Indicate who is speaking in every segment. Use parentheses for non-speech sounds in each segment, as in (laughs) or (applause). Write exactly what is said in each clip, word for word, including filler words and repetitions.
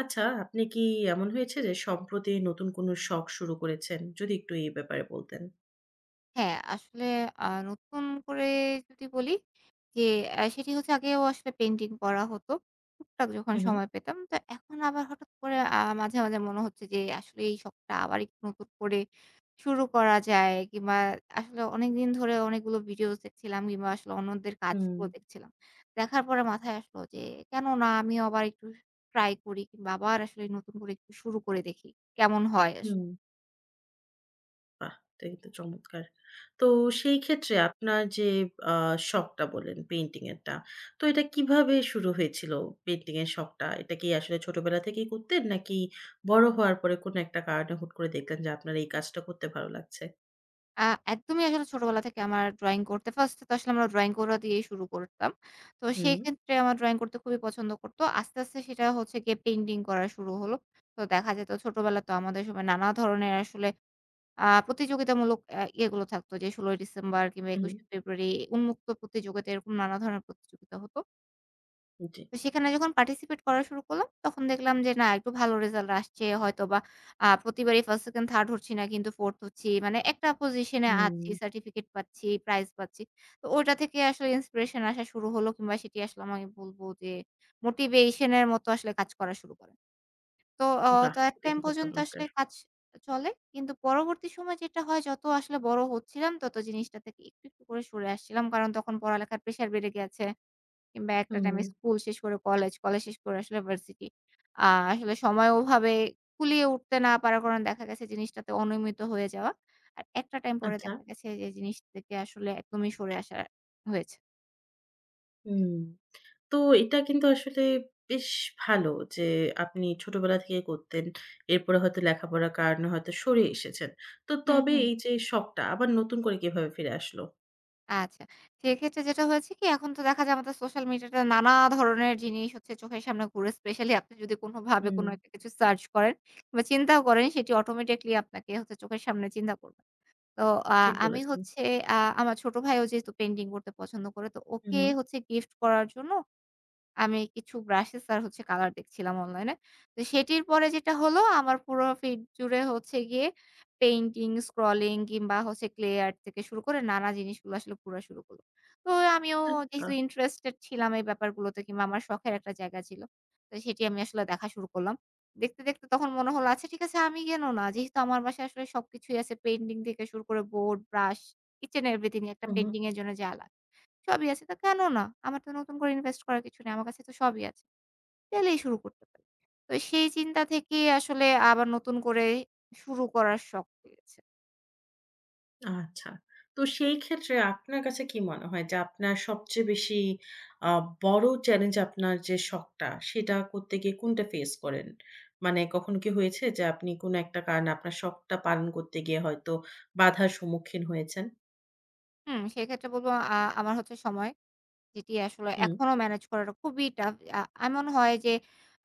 Speaker 1: আচ্ছা, আপনি কি এমন হয়েছে যে সম্প্রতি নতুন কোনো শখ শুরু করেছেন? যদি একটু এই ব্যাপারে বলতেন।
Speaker 2: হ্যাঁ, আসলে আ নতুন করে যদি বলি যে অ্যা সেটি হচ্ছে আগেও আসলে পেইন্টিং করা হতো। টুকটাক যখন
Speaker 1: হু, হু।
Speaker 2: সময় পেতাম। তো এখন আবার হঠাৎ করে আ মাঝে, মাঝে মনে হচ্ছে যে আসলে এই শখটা আবার একটু নতুন করে শুরু করা যায় কিংবা আসলে অনেকদিন ধরে অনেকগুলো ভিডিওস দেখছিলাম কিংবা আসলে অন্যদের
Speaker 1: হুম,
Speaker 2: কাজগুলো দেখছিলাম। দেখার পরে মাথায় আসলো যে কেন না আমিও আবার একটু ট্রাই করি কিংবা আবার আসলে নতুন করে একটু শুরু করে দেখি কেমন হয়
Speaker 1: হুম।
Speaker 2: আসলে।
Speaker 1: বাহ! এটা কিন্তু চমৎকার। তো সেই ক্ষেত্রে আপনার যে আ শখটা বললেন পেইন্টিং এরটা, তো এটা কিভাবে শুরু হয়েছিল পেইন্টিং এর শখটা? এটা কি আসলে ছোটবেলা থেকেই করতেন নাকি বড় হওয়ার পরে কোনো একটা কারণে হুট করে দেখলেন যে আপনার এই কাজটা করতে ভালো লাগছে?
Speaker 2: আ একদমই আসলে ছোটবেলা থেকে আমার ড্রইং করতে ফার্স্ট এ তো আসলে আমরা ড্রইং করা দিয়েই শুরু করতাম। তো
Speaker 1: হুম,
Speaker 2: সেক্ষেত্রে আমার ড্রইং করতে খুবই পছন্দ করত। আস্তে, আস্তে সেটা হচ্ছে গিয়ে পেইন্টিং করা শুরু হলো। তো দেখা যেত ছোটবেলা তো আমাদের সময় নানা ধরনের আসলে আ প্রতিযোগিতামূলক আ ইয়েগুলো থাকতো যে ষোলই ডিসেম্বর কিংবা
Speaker 1: হুম,
Speaker 2: একুশে ফেব্রুয়ারি উন্মুক্ত প্রতিযোগিতা এরকম নানা ধরনের প্রতিযোগিতা হত।
Speaker 1: জি।
Speaker 2: তো সেখানে যখন পার্টিসিপেট করা শুরু করলাম, তখন দেখলাম যে না একটু ভালো রেজাল্ট আসছে। হয়তোবা আ প্রতিবারই ফার্স্ট, সেকেন্ড, থার্ড হচ্ছি না কিন্তু ফোর্থ হচ্ছি। মানে একটা পজিশনে
Speaker 1: হুম,
Speaker 2: আছি, সার্টিফিকেট পাচ্ছি, প্রাইজ পাচ্ছি। তো ওইটা থেকে আসলে ইন্সপিরেশন আসা শুরু হলো কিংবা সেটি আসলে আমি বলব যে মোটিভেশন এর মতো আসলে কাজ করা শুরু করে। তো অ
Speaker 1: বাহ!
Speaker 2: তো এক
Speaker 1: এটা
Speaker 2: টাইম
Speaker 1: কিন্তু
Speaker 2: পর্যন্ত
Speaker 1: চমৎকার।
Speaker 2: আসলে কাজ চলে। কিন্তু পরবর্তী সময় যেটা হয় যত আসলে বড় হচ্ছিলাম তত জিনিসটা থেকে একটু, একটু করে সরে আসছিলাম। কারণ তখন পড়ালেখার প্রেশার বেড়ে গেছে। কিংবা একটা
Speaker 1: হুম,
Speaker 2: টাইমে স্কুল শেষ করে কলেজ, কলেজ শেষ করে আসলে ভার্সিটি। আ আসলে সময় ওভাবে কুলিয়ে উঠতে না পারার কারণে দেখা গেছে জিনিসটাতে অনিয়মিত হয়ে যাওয়া। আর একটা টাইম পরে
Speaker 1: আচ্ছা।
Speaker 2: দেখা গেছে যে জিনিস থেকে আসলে একদমই সরে আসা হয়েছে।
Speaker 1: হুম। তো এটা কিন্তু আসলে বেশ ভালো যে আপনি ছোটবেলা থেকে করতেন। এরপরে হয়তো লেখাপড়ার কারণে হয়তো সরে এসেছেন। তো
Speaker 2: হুম,
Speaker 1: তবে
Speaker 2: হুম।
Speaker 1: এই যে শখটা আবার নতুন করে কিভাবে ফিরে আসলো?
Speaker 2: আচ্ছা। সেক্ষেত্রে যেটা হয়েছে কি এখন তো দেখা যায় আমাদের সোশ্যাল মিডিয়াতে নানা ধরনের জিনিস হচ্ছে চোখের সামনে ঘুরে স্পেশালি আপনি যদি কোনভাবে
Speaker 1: হুম।
Speaker 2: কোনো একটা কিছু সার্চ করেন বা চিন্তাও করেন সেটি অটোমেটিক্যালি আপনাকে হচ্ছে চোখের সামনে চিন্তা করবে। তো আ
Speaker 1: ঠিক
Speaker 2: আমি
Speaker 1: বলেছেন।
Speaker 2: হচ্ছে আ আমার ছোট ভাইও যেহেতু পেইন্টিং করতে পছন্দ করে। তো ওকে
Speaker 1: হুম।
Speaker 2: হচ্ছে গিফট করার জন্য আমি কিছু ব্রাশেস আর হচ্ছে কালার দেখছিলাম অনলাইনে। তো সেটির পরে যেটা হলো আমার পুরো ফিড জুড়ে হচ্ছে গিয়ে পেইন্টিং, স্ক্রলিং কিংবা হচ্ছে ক্লে আর্ট থেকে শুরু করে নানা জিনিসগুলো আসলে ঘুরা শুরু করলো। তো আমিও
Speaker 1: আচ্ছা।
Speaker 2: যেহেতু ইন্টারেস্টেড ছিলাম এই ব্যাপারগুলোতে কিংবা আমার শখের একটা জায়গা ছিল। তো সেটি আমি আসলে দেখা শুরু করলাম। দেখতে, দেখতে তখন মনে হলো আচ্ছা ঠিক আছে আমি কেন না? যেহেতু আমার বাসায় আসলে সবকিছুই আছে পেইন্টিং থেকে শুরু করে board, brush, each and everything একটা
Speaker 1: হু, হু।
Speaker 2: পেইন্টিং এর জন্য যা লাগে। সবই আছে। তো কেন না? আমার তো নতুন করে ইনভেস্ট করার কিছু নেই। আমার কাছে তো সবই আছে। চাইলেই শুরু করতে পারি। তো সেই চিন্তা থেকেই আসলে আবার নতুন করে শুরু করার শখ পেয়েছে।
Speaker 1: আচ্ছা। তো সেই ক্ষেত্রে আপনার কাছে কি মনে হয় যে আপনার সবচেয়ে বেশি আ বড় চ্যালেঞ্জ আপনার যে শখটা, সেটা করতে গিয়ে কোনটা ফেস করেন? মানে কখনো কি হয়েছে যে আপনি কোন একটা কারণে আপনার শখটা পালন করতে গিয়ে হয়তো বাধার সম্মুখীন হয়েছেন?
Speaker 2: হুম, সেক্ষেত্রে বলব আ আমার হচ্ছে সময় যেটি আসলে
Speaker 1: হুম,
Speaker 2: এখনো ম্যানেজ করাটা খুবই টাফ। আ এমন হয় যে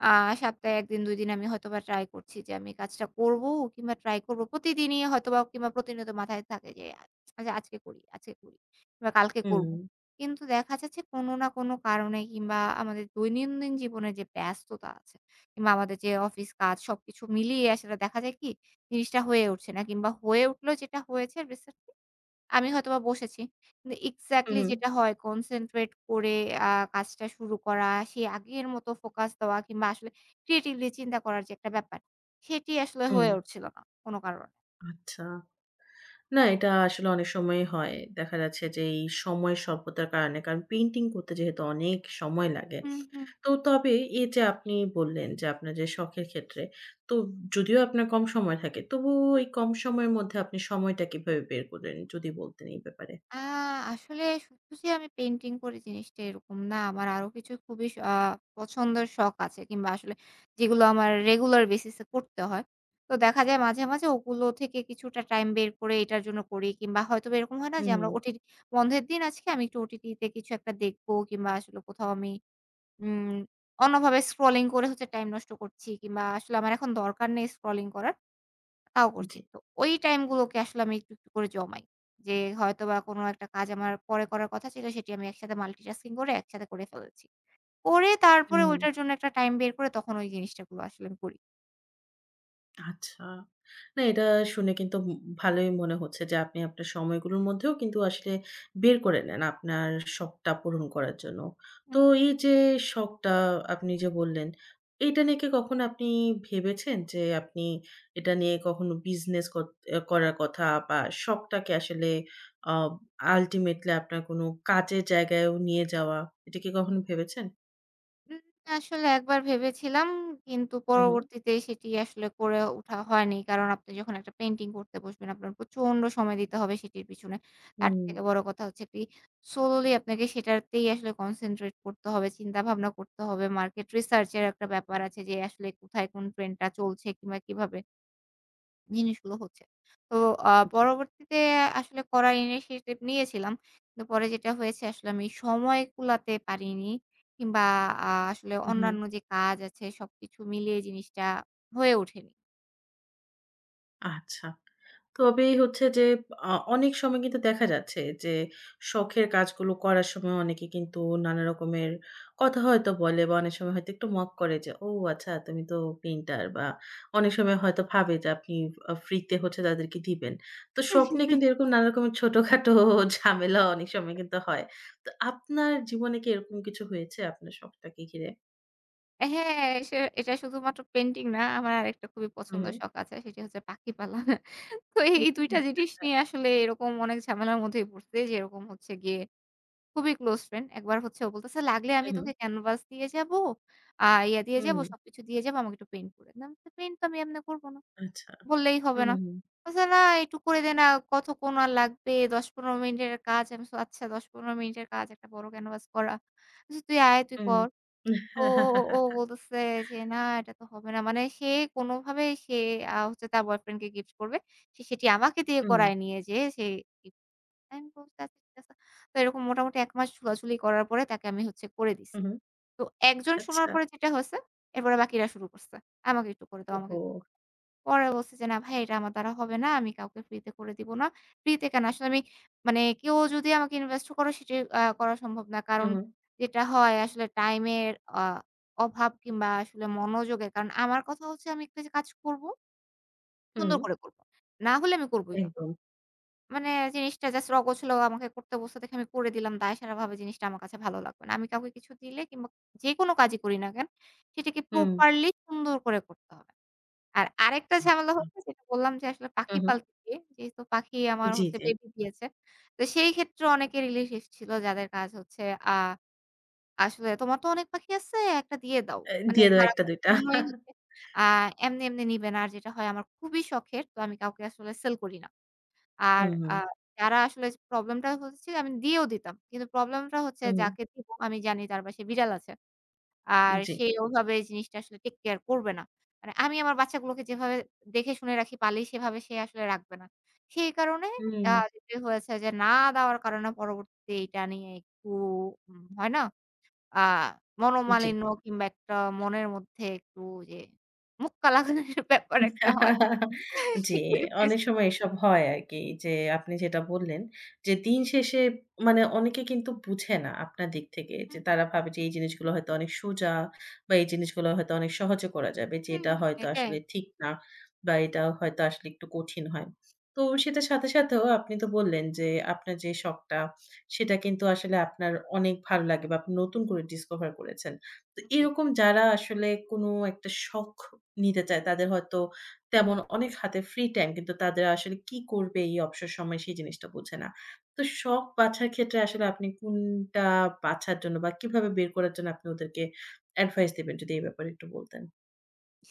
Speaker 2: আ সপ্তাহে এক দিন দুই দিন আমি হয়তোবা ট্রাই করছি যে আমি কাজটা করব কিংবা ট্রাই করব। প্রতিদিনই হয়তোবা কিংবা প্রতিনিয়ত মাথায় থাকে যে আ যে আজকে করি, আজকে করি কিংবা কালকে করব।
Speaker 1: হুম,
Speaker 2: কিন্তু দেখা যাচ্ছে কোনো না কোনো কারণে কিংবা আমাদের দৈনন্দিন জীবনে যে ব্যস্ততা আছে কিংবা আমাদের যে অফিস কাজ সবকিছু মিলিয়ে আসলে দেখা যায় কি জিনিসটা হয়ে উঠছে না কিংবা হয়ে উঠলেও যেটা হয়েছে রিসেন্টলি আমি হয়তোবা বসেছি। কিন্তু এক্সাক্টলি
Speaker 1: হুম,
Speaker 2: যেটা হয় কনসেনট্রেট করে আ কাজটা শুরু করা, সেই আগের মতো ফোকাস দেওয়া কিংবা আসলে ক্রিয়েটিভলি চিন্তা করার যে একটা ব্যাপার, সেটি আসলে
Speaker 1: হুম।
Speaker 2: হয়ে উঠছিল না কোন কারণে।
Speaker 1: আচ্ছা। না এটা আসলে অনেক সময়ই হয়। দেখা যাচ্ছে যে এই সময় স্বল্পতার কারণে, কারণ পেইন্টিং করতে যেহেতু অনেক সময় লাগে।
Speaker 2: হুম, হুম।
Speaker 1: তো তবে এই যে আপনি বললেন যে আপনার যে শখের ক্ষেত্রে, তো যদিও আপনার কম সময় থাকে, তবুও ওই কম সময়ের মধ্যে আপনি সময়টা কিভাবে বের করেন? যদি বলতেন এই ব্যাপারে?
Speaker 2: আ আসলে শুধু যে আমি পেইন্টিং করি জিনিসটা এরকম না। আমার আরো কিছু খুবই স আ পছন্দের শখ আছে কিংবা আসলে যেগুলো আমার রেগুলার বেসিস এ করতে হয়। তো দেখা যায় মাঝে, মাঝে ওগুলো থেকে কিছুটা টাইম বের করে এটার জন্য করি কিংবা হয়তোবা এরকম হয় না যে
Speaker 1: হুম,
Speaker 2: আমরা ওটিটি বন্ধের দিন আজকে আমি একটু ওটিটিতে কিছু একটা দেখবো কিংবা আসলে কোথাও আমি উম অন্যভাবে স্ক্রলিং করে হচ্ছে টাইম নষ্ট করছি কিংবা আসলে আমার এখন দরকার নেই স্ক্রলিং করার। তাও করছি।
Speaker 1: জি।
Speaker 2: তো ওই টাইমগুলোকে আসলে আমি একটু, একটু করে জমাই। যে হয়তোবা কোনো একটা কাজ আমার পরে করার কথা ছিল সেটি আমি একসাথে মাল্টিটাস্কিং করে একসাথে করে ফেলেছি। করে তারপরে
Speaker 1: হুম।
Speaker 2: ওইটার জন্য একটা টাইম বের করে তখন ওই জিনিসটা গুলো আসলে আমি করি।
Speaker 1: আচ্ছা। না এটা শুনে কিন্তু উম ভালোই মনে হচ্ছে যে আপনি আপনার সময়গুলোর মধ্যেও কিন্তু আসলে বের করে নেন আপনার শখটা পূরণ করার জন্য। তো
Speaker 2: হুম।
Speaker 1: এই যে শখটা আপনি যে বললেন, এটা নিয়ে কি কখনো আপনি ভেবেছেন যে আপনি এটা নিয়ে কখনো বিজনেস কত এ করার কথা বা শখটাকে আসলে আ আল্টিমেটলি আপনার কোনো কাজের জায়গায়ও নিয়ে যাওয়া, এটা কি কখনো ভেবেছেন?
Speaker 2: উম আসলে একবার ভেবেছিলাম কিন্তু
Speaker 1: হু, হু।
Speaker 2: পরবর্তীতে সেটি আসলে করে ওঠা হয়নি। কারণ আপনি যখন একটা পেইন্টিং করতে বসবেন আপনার প্রচন্ড সময় দিতে হবে সেটির পিছনে। তার
Speaker 1: হুম,
Speaker 2: থেকে বড় কথা হচ্ছে কি solely আপনাকে সেটাতেই আসলে concentrate করতে হবে, চিন্তাভাবনা করতে হবে। মার্কেট রিসার্চ এর একটা ব্যাপার আছে যে আসলে কোথায় কোন ট্রেন্ডটা চলছে কিংবা কিভাবে জিনিসগুলো হচ্ছে। তো আ
Speaker 1: জি।
Speaker 2: পরবর্তীতে আসলে করার initiative নিয়েছিলাম। কিন্তু পরে যেটা হয়েছে আসলে আমি সময় কুলাতে পারিনি কিংবা আ আসলে
Speaker 1: হু, হু।
Speaker 2: অন্যান্য যে কাজ আছে সবকিছু মিলিয়ে জিনিসটা হয়ে ওঠেনি।
Speaker 1: আচ্ছা। তবে হচ্ছে যে আ অনেক সময় কিন্তু দেখা যাচ্ছে যে শখের কাজগুলো করার সময় অনেকে কিন্তু নানা রকমের কথা হয়তো বলে বা অনেক সময় হয়তো একটু মক করে যে, "ও আচ্ছা তুমি তো পেইন্টার" বা অনেক সময় হয়তো ভাবে যে আপনি আ ফ্রিতে হচ্ছে তাদেরকে দিবেন। তো শখ নিয়ে কিন্তু এরকম নানা রকমের ছোটখাটো (laughs) ঝামেলা অনেক সময় কিন্তু হয়। তো আপনার জীবনে কি এরকম কিছু হয়েছে আপনার শখটাকে ঘিরে?
Speaker 2: হ্যাঁ, সে এটা শুধুমাত্র পেইন্টিং না, আমার আরেকটা খুবই
Speaker 1: হু, হু।
Speaker 2: পছন্দের শখ আছে। সেটি হচ্ছে পাখি পালা। তো
Speaker 1: হুম,
Speaker 2: এই দুই টা জিনিস
Speaker 1: আচ্ছা, আচ্ছা।
Speaker 2: নিয়ে আসলে এরকম অনেক ঝামেলার মধ্যেই পড়ছি যে এরকম হচ্ছে গিয়ে খুবই ক্লোজ ফ্রেন্ড। একবার হচ্ছে ও বলতেছে, "লাগলে
Speaker 1: হু,
Speaker 2: আমি
Speaker 1: হু।
Speaker 2: তোকে ক্যানভাস দিয়ে যাবো, আ ইয়া দিয়ে
Speaker 1: হুম,
Speaker 2: যাবো, সবকিছু দিয়ে যাবো। আমাকে একটু পেইন্ট করে দে।" আমি বলছি, "পেইন্ট তো আমি এমনে করব না।
Speaker 1: আচ্ছা।
Speaker 2: বললেই
Speaker 1: হু,
Speaker 2: হবে না।"
Speaker 1: হু, হু।
Speaker 2: বলছে, "না, একটু করে দে না। কতক্ষণ আর লাগবে? দশ পনেরো মিনিটের কাজ।" আমি বলছি, "আচ্ছা, দশ পনেরো মিনিটের কাজ একটা বড় ক্যানভাস করা।" বলছে, "তুই আয়, তুই
Speaker 1: হুম।
Speaker 2: কর।"
Speaker 1: হুম।
Speaker 2: তো ও ও
Speaker 1: (laughs)
Speaker 2: বলতেছে যে, "না, এটা তো হবে না।" মানে সে কোনোভাবে সে আ হচ্ছে তার বয়ফ্রেন্ডকে গিফট করবে। সে সেটি আমাকে দিয়ে করায় নিয়ে যেয়ে সে আমি বলছি, "আচ্ছা ঠিক আছে।" তো এরকম মোটামুটি এক মাস ঝুলাঝুলি করার পরে তাকে আমি হচ্ছে করে দিছি।
Speaker 1: হুম, হুম।
Speaker 2: তো একজন শোনার
Speaker 1: আচ্ছা।
Speaker 2: পরে যেটা হইছে, এরপরে বাকিরা শুরু করছে। "আমাকে একটু করে দাও, আমাকে
Speaker 1: ওহো!
Speaker 2: একটু করে দাও।" পরে বলছি যে, "না ভাই এটা আমার দ্বারা হবে না। আমি কাউকে ফ্রিতে করে দিব না।" ফ্রিতে কেন আসলে আমি মানে কেউ যদি আমাকে ইনভেস্ট করে সেটি আ করা সম্ভব না। কারণ
Speaker 1: হুম,
Speaker 2: যেটা হয় আসলে টাইমের আ অভাব কিংবা আসলে মনোযোগের কারণ আমার কথা হচ্ছে আমি একটা যে কাজ করব,
Speaker 1: হুম,
Speaker 2: সুন্দর করে করব। না হলে আমি করবই না।
Speaker 1: একদম।
Speaker 2: মানে জিনিসটা জাস্ট অগোছালো আমাকে করতে বসতে দেখে আমি করে দিলাম। দায়সারাভাবে জিনিসটা আমার কাছে ভালো লাগবে না। আমি কাউকে কিছু দিলে কিংবা যেকোনো কাজই করি না কেন, সেটাকে
Speaker 1: হুম।
Speaker 2: প্রপারলি সুন্দর করে করতে হবে। আর আরেকটা ঝামেলা
Speaker 1: আচ্ছা।
Speaker 2: হচ্ছে যেটা বললাম যে আসলে পাখি
Speaker 1: হুম, হুম।
Speaker 2: পালতে গিয়ে, যেহেতু পাখি আমার
Speaker 1: জি,
Speaker 2: হচ্ছে
Speaker 1: জি।
Speaker 2: বেবি দিয়েছে। তো সেই ক্ষেত্রে অনেকে রিলিফ এসেছিল যাদের কাজ হচ্ছে আ আসলে "তোমার তো অনেক পাখি আছে, একটা দিয়ে দাও।"
Speaker 1: এ
Speaker 2: মানে
Speaker 1: দিয়ে দাও এক
Speaker 2: ভাড়া
Speaker 1: টা দুই টা।
Speaker 2: কখনোই
Speaker 1: (laughs)
Speaker 2: হচ্ছে আ এমনি, এমনি নিবে না। আর যেটা হয় আমার খুবই শখের। তো আমি কাউকে আসলে সেল করি না। আর
Speaker 1: হুম,
Speaker 2: আ
Speaker 1: হুম,
Speaker 2: যারা আসলে প্রবলেমটা হচ্ছে আমি দিয়েও দিতাম। কিন্তু প্রবলেমটা হচ্ছে
Speaker 1: হুম, হুম।
Speaker 2: যাকে দিব আমি জানি তার বাসায় বিড়াল আছে। আর
Speaker 1: জি।
Speaker 2: সে ওভাবে জিনিসটা আসলে টেক কেয়ার করবে না। মানে আমি আমার বাচ্চাগুলোকে যেভাবে দেখে শুনে রাখি, পালি সেভাবে সে আসলে রাখবে না। সেই কারণে আ
Speaker 1: হুম,
Speaker 2: যেটি হয়েছে যে না দেওয়ার কারণে পরবর্তীতে এইটা নিয়ে একটু উম হয় না? আ
Speaker 1: জি।
Speaker 2: মনোমালিন্য কিংবা একটা মনের মধ্যে একটু যে মুক্কা লাগানোর (laughs) ব্যাপার একটা হয়।
Speaker 1: (laughs)
Speaker 2: (laughs)
Speaker 1: জি,
Speaker 2: সেটাই ফেস
Speaker 1: অনেক সময় এসব হয় আরকি যে আপনি যেটা বললেন যে দিন শেষে মানে অনেকে কিন্তু বুঝে না আপনার দিক থেকে যে
Speaker 2: হুম,
Speaker 1: তারা ভাবে যে এই জিনিসগুলো হয়তো অনেক সোজা বা এই জিনিসগুলো হয়তো অনেক সহজে করা যাবে যে
Speaker 2: হুম,
Speaker 1: এটা হয়তো
Speaker 2: এটাই।
Speaker 1: আসলে ঠিক না বা এটা হয়তো আসলে একটু কঠিন হয়। তো সেটার সাথে সাথেও আপনি তো বললেন যে আপনার যে শখটা সেটা কিন্তু আসলে আপনার অনেক ভালো লাগে বা আপনি নতুন করে ডিসকভার করেছেন। তো
Speaker 2: জি।
Speaker 1: এরকম যারা আসলে কোনো একটা শখ নিতে চায় তাদের হয়তো তেমন অনেক হাতে ফ্রি টাইম কিন্তু তাদের আসলে কি করবে এই অবসর সময়ে সেই জিনিসটা বোঝে না। তো শখ বাছার ক্ষেত্রে আসলে আপনি কোনটা বাছার জন্য বা কিভাবে বের করার জন্য আপনি ওদেরকে অ্যাডভাইস দিবেন যদি এই ব্যাপারে একটু বলতেন?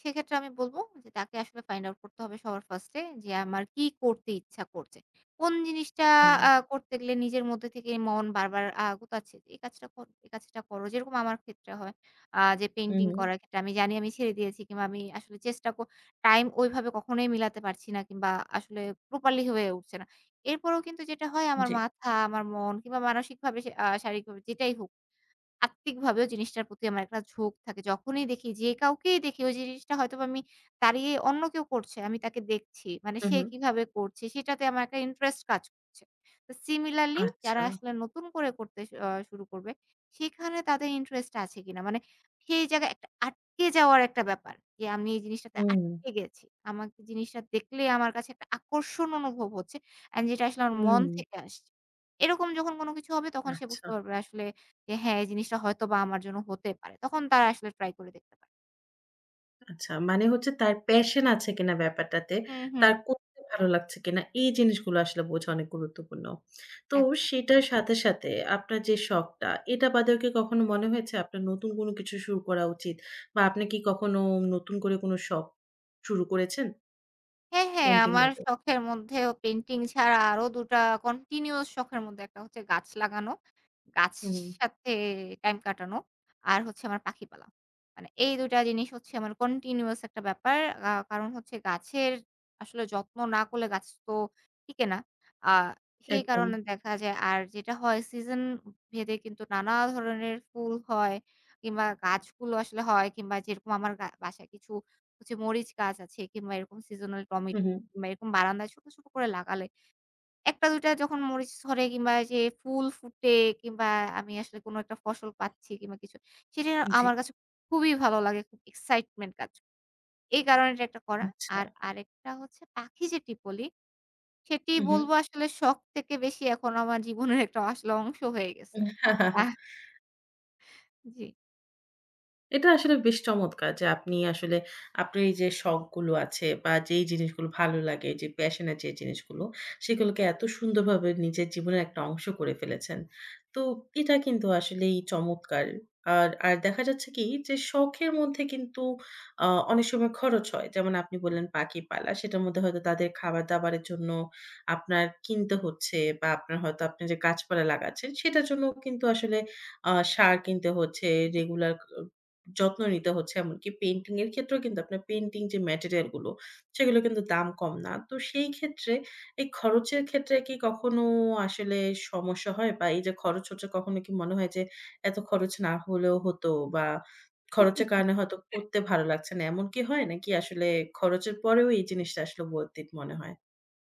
Speaker 2: সেক্ষেত্রে আমি বলব যে তাকে আসলে ফাইন্ড আউট করতে হবে সবার ফার্স্ট এ যে আমার কি করতে ইচ্ছা করছে। কোন জিনিসটা
Speaker 1: হুম,
Speaker 2: আ করতে গেলে নিজের মধ্যে থেকে মন বারবার আ গোতাচ্ছে এই কাজটা কর এই কাজটা করো। যেরকম আমার ক্ষেত্রে হয় আ যে
Speaker 1: হুম,
Speaker 2: পেইন্টিং
Speaker 1: হুম,
Speaker 2: করার ক্ষেত্রে আমি জানি আমি ছেড়ে দিয়েছি কিংবা আমি আসলে চেষ্টা ক টাইম ওইভাবে কখনোই মিলাতে পারছি না কিংবা আসলে প্রপারলি হয়ে উঠছে না। এরপরেও কিন্তু যেটা হয় আমার
Speaker 1: জি।
Speaker 2: মাথা, আমার মন কিংবা মানসিকভাবে সে আ শারীরিকভাবে যেটাই হোক আত্মিকভাবেও জিনিসটার প্রতি আমার একটা ঝোঁক থাকে। যখনই দেখি যে কাউকেই দেখি ওই জিনিসটা হয়তোবা আমি দাঁড়িয়ে অন্য কেউ করছে, আমি তাকে দেখছি। মানে সে
Speaker 1: উহু,
Speaker 2: কিভাবে করছে সেটাতে আমার একটা ইন্টারেস্ট কাজ করছে। তো সিমিলারলি যারা
Speaker 1: আচ্ছা।
Speaker 2: আসলে নতুন করে করতে স আ শুরু করবে, সেখানে তাদের ইন্টারেস্ট আছে কিনা? মানে সেই জায়গায় একটা আটকে যাওয়ার একটা ব্যাপার যে আমি এই জিনিসটাতে
Speaker 1: হুম,
Speaker 2: আটকে গেছি। আমাকে জিনিসটা দেখলে আমার কাছে একটা আকর্ষণ অনুভব হচ্ছে। অ্যান্ড যেটা আসলে আমার মন
Speaker 1: হুম,
Speaker 2: থেকে আসছে। এরকম যখন কোন কিছু হবে তখন সে
Speaker 1: আচ্ছা।
Speaker 2: বুঝতে পারবে আসলে যে হ্যাঁ, এই জিনিসটা হয়তোবা আমার জন্য হতে পারে। তখন তারা আসলে ট্রাই করে দেখতে পারে।
Speaker 1: আচ্ছা, মানে হচ্ছে তার প্যাশন আছে কিনা ব্যাপারটাতে,
Speaker 2: হুম, হুম।
Speaker 1: তার করতে ভালো লাগছে কিনা, এই জিনিসগুলো আসলে বোঝা অনেক গুরুত্বপূর্ণ। তো
Speaker 2: একদম।
Speaker 1: সেটার সাথে, সাথে আপনার যে শখটা, এটা বাদেও কি কখনো মনে হয়েছে আপনার নতুন কোনো কিছু শুরু করা উচিত? বা আপনি কি কখনো নতুন করে কোনো শখ শুরু করেছেন?
Speaker 2: হ্যাঁ, হ্যাঁ,
Speaker 1: পেইন্টিং
Speaker 2: আমার
Speaker 1: বাদেও?
Speaker 2: শখের মধ্যেও পেইন্টিং ছাড়া আরো দুই টা কন্টিনিউয়াস শখের মধ্যে একটা হচ্ছে গাছ লাগানো। গাছের
Speaker 1: হুম,
Speaker 2: সাথে টাইম কাটানো আর হচ্ছে আমার পাখি পালা। মানে এই দুই টা জিনিস হচ্ছে আমার কন্টিনিউয়াস একটা ব্যাপার। আ কারণ হচ্ছে গাছের আসলে যত্ন না করলে গাছ তো টিকে না। আ সেই
Speaker 1: একদম।
Speaker 2: কারণে দেখা যায় আর যেটা হয় সিজন ভেদে কিন্তু নানা ধরনের ফুল হয় কিংবা গাছগুলো আসলে হয় কিংবা যেরকম আমার গা বাসায় কিছু হচ্ছে মরিচ গাছ আছে কিংবা এরকম সিজনাল
Speaker 1: হু,
Speaker 2: টমেটো
Speaker 1: হু।
Speaker 2: কিংবা এরকম বারান্দায় ছোট, ছোট করে লাগালে একটা দুটো যখন মরিচ ধরে কিংবা যে ফুল ফুটে কিংবা আমি আসলে কোনো একটা ফসল পাচ্ছি কিংবা কিছু, সেটা
Speaker 1: জি।
Speaker 2: আমার কাছে খুবই ভালো লাগে। খুব এক্সাইটমেন্ট কাজ করে। এই কারণে এটা একটা করা।
Speaker 1: আচ্ছা।
Speaker 2: আর আরেকটা হচ্ছে পাখি যেটি বলি, সেটি
Speaker 1: হু, হু।
Speaker 2: বলব আসলে শখ থেকে বেশি এখন আমার জীবনের একটা আসলে অংশ হয়ে গেছে। আহ
Speaker 1: (laughs)
Speaker 2: জি।
Speaker 1: এটা আসলে বেশ চমৎকার যে আপনি আসলে আপনার এই যে শখগুলো আছে বা যেই জিনিসগুলো ভালো লাগে, যে প্যাশন এর যে জিনিসগুলো, সেগুলোকে এত সুন্দরভাবে নিজের জীবনের একটা অংশ করে ফেলেছেন। তো এটা কিন্তু আসলেই চমৎকার। আর, আর দেখা যাচ্ছে কি যে শখের মধ্যে কিন্তু আ অনেক সময় খরচ হয়। যেমন আপনি বললেন পাখি পালা, সেটার মধ্যে হয়তো তাদের খাবার-দাবারের জন্য আপনার কিনতে হচ্ছে বা আপনার হয়তো আপনি যে গাছপালা লাগাচ্ছেন, সেটার জন্যও কিন্তু আসলে আ সার কিনতে হচ্ছে, রেগুলার যত্ন নিতে হচ্ছে। এমনকি পেইন্টিং এর ক্ষেত্রেও কিন্তু আপনার পেইন্টিং যে ম্যাটেরিয়াল গুলো, সেগুলো কিন্তু দাম কম না। তো সেই ক্ষেত্রে এই খরচের ক্ষেত্রে কি কখনো আসলে সমস্যা হয়? বা এই যে খরচ হচ্ছে কখনো কি মনে হয় যে এত খরচ না হলেও হতো বা খরচের কারণে হয়তো করতে ভালো লাগছে না, এমন কি হয়? নাকি আসলে খরচের পরেও এই জিনিসটা আসলে worth it মনে হয়?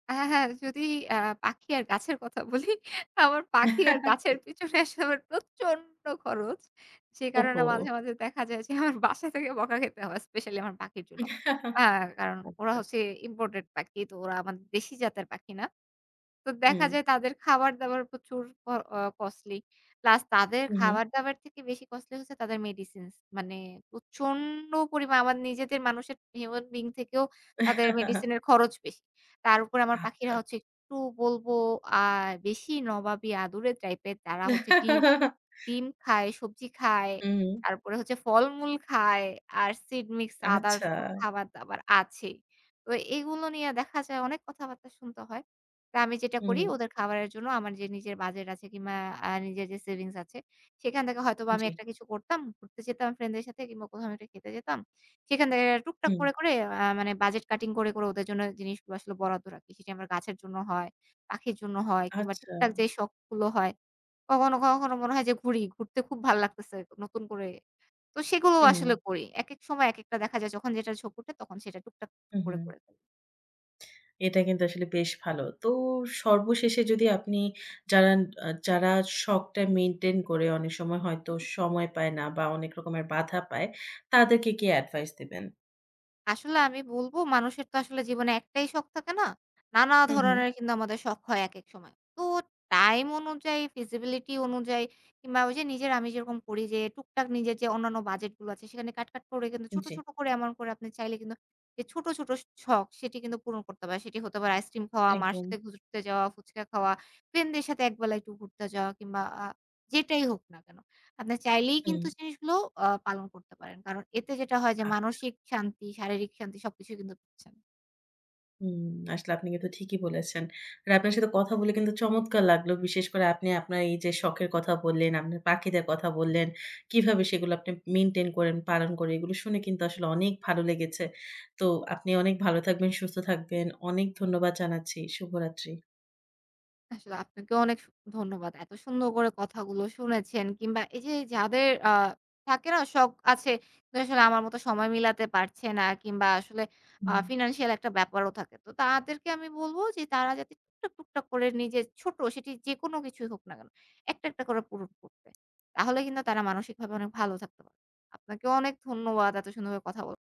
Speaker 2: হ্যাঁ, হ্যাঁ। যদি আ পাখি আর গাছের কথা বলি, আমার পাখি আর
Speaker 1: (laughs) জি।
Speaker 2: গাছের পিছনে আসলে আমার প্রচন্ড খরচ। সে কারণে
Speaker 1: ওহো!
Speaker 2: মাঝে, মাঝে দেখা যায় যে আমার বাসা থেকে বকা খেতে হয় স্পেশালি আমার পাখির জন্য। আ কারণ ওরা
Speaker 1: আচ্ছা।
Speaker 2: হচ্ছে ইম্পোর্টেড পাখি। তো ওরা আমাদের দেশি জাতের পাখি না। তো দেখা
Speaker 1: হুম।
Speaker 2: যায় তাদের খাবার-দাবার প্রচুর ক অ কস্টলি। প্লাস তাদের
Speaker 1: হু, হুম।
Speaker 2: খাবার-দাবার থেকে বেশি কস্টলি হচ্ছে তাদের মেডিসিনস। মানে প্রচন্ড পরিমাণ আমার নিজেদের মানুষের হিউমেন বিং থেকেও তাদের
Speaker 1: (laughs)
Speaker 2: মেডিসিনের খরচ বেশি। তার উপর আমার পাখিরা
Speaker 1: আচ্ছা।
Speaker 2: হচ্ছে একটু বলবো আ বেশি নবাবী আদুরে টাইপের। তারা হচ্ছে ডিম ডিম খায়, সবজি খায়,
Speaker 1: হুম,
Speaker 2: তারপরে হচ্ছে ফলমূল খায়, আর সিড মিক্স আদার্স
Speaker 1: আচ্ছা।
Speaker 2: তো খাবার-দাবার আছেই। তো এগুলো নিয়ে দেখা যায় অনেক কথাবার্তা শুনতে হয়। তো আমি যেটা করি
Speaker 1: হুম,
Speaker 2: ওদের খাবারের জন্য আমার যে নিজের বাজেট আছে কিংবা আ নিজের যে সেভিংস আছে, সেখান থেকে হয়তোবা আমি
Speaker 1: জি।
Speaker 2: একটা কিছু করতাম, ঘুরতে যেতাম ফ্রেন্ডদের সাথে কিংবা কোথাও একটা খেতে যেতাম। সেখান থেকে টুকটাক
Speaker 1: হুম,
Speaker 2: করে, করে আ মানে বাজেট কাটিং করে, করে ওদের জন্য জিনিসগুলো আসলে বরাদ্দ রাখি। সেটি আমার গাছের জন্য হয়, পাখির জন্য হয় কিংবা
Speaker 1: আচ্ছা।
Speaker 2: টুকটাক যে শখগুলো হয় কখনো, কখনো মনে হয় যে ঘুরি। ঘুরতে খুব ভাল লাগতেছে নতুন করে। তো সেগুলো
Speaker 1: হুম,
Speaker 2: আসলে করি। একেক সময় একেকটা দেখা যায় যখন যেটার ঝোঁক ওঠে তখন সেটা টুকটাক
Speaker 1: হুম,
Speaker 2: করে,
Speaker 1: হুম।
Speaker 2: করে
Speaker 1: এটা কিন্তু আসলে বেশ ভালো। তো সর্বশেষে যদি আপনি যারা আ যারা শখটা মেইনটেইন করে অনেক সময় হয়তো সময় পায় না বা অনেক রকমের বাধা পায়, তাদেরকে কি এডভাইস দিবেন?
Speaker 2: আসলে আমি বলব মানুষের তো আসলে জীবনে একটাই শখ থাকে না? নানা
Speaker 1: হুম, হুম।
Speaker 2: ধরনের কিন্তু আমাদের শখ হয় একেক সময়। তো টাইম অনুযায়ী, ফিজিবিলিটি অনুযায়ী কিংবা ওই যে নিজের আমি যেরকম করি যে টুকটাক নিজের যে অন্যান্য বাজেটগুলো আছে সেখানে কাট, কাট করে কিন্তু ছোট,
Speaker 1: জি,
Speaker 2: ছোট করে এমন করে আপনি চাইলে কিন্তু যে ছোট, ছোট শখ সেটি কিন্তু পূরণ করতে পারে। সেটি হতে পারে আইসক্রিম খাওয়া, মার
Speaker 1: একদম।
Speaker 2: সাথে ঘুরতে যাওয়া, ফুচকা খাওয়া, ফ্রেন্ডদের সাথে একবেলা একটু ঘুরতে যাওয়া কিংবা আ যেটাই হোক না কেন। আপনার চাইলেই
Speaker 1: হুম,
Speaker 2: কিন্তু জিনিসগুলো আ পালন করতে পারেন। কারণ এতে যেটা হয় যে
Speaker 1: আচ্ছা।
Speaker 2: মানসিক শান্তি, শারীরিক শান্তি সবকিছুই কিন্তু পাচ্ছেন।
Speaker 1: হুম, আসলে আপনি কিন্তু ঠিকই বলেছেন। আর আপনার সাথে কথা বলে কিন্তু চমৎকার লাগলো। বিশেষ করে আপনি আপনার এই যে শখের কথা বললেন, আপনার পাখিদের কথা বললেন, কিভাবে সেগুলো আপনি মেইনটেইন করেন, পালন করেন, এগুলো শুনে কিন্তু আসলে অনেক ভালো লেগেছে। তো আপনি অনেক ভালো থাকবেন, সুস্থ থাকবেন। অনেক ধন্যবাদ জানাচ্ছি। শুভরাত্রি।
Speaker 2: আসলে আপনাকেও অনেক সু ধন্যবাদ। এত সুন্দর করে কথাগুলো শুনেছেন কিংবা এই যে যাদের আ থাকে না শখ আছে যে আসলে আমার মতো সময় মিলাতে পারছে না কিংবা আসলে আ
Speaker 1: হুম।
Speaker 2: ফিন্যান্সিয়াল একটা ব্যাপারও থাকে। তো তাদেরকে আমি বলব যে তারা যাতে টুকটাক, টুকটাক করে নিজের ছোট সেটি যেকোনো কিছুই হোক না কেন, একটা, একটা করে পূরণ করতে। তাহলে কিন্তু তারা মানসিকভাবে অনেক ভালো থাকতে পারবে। আপনাকেও অনেক ধন্যবাদ এত সুন্দর করে কথা বল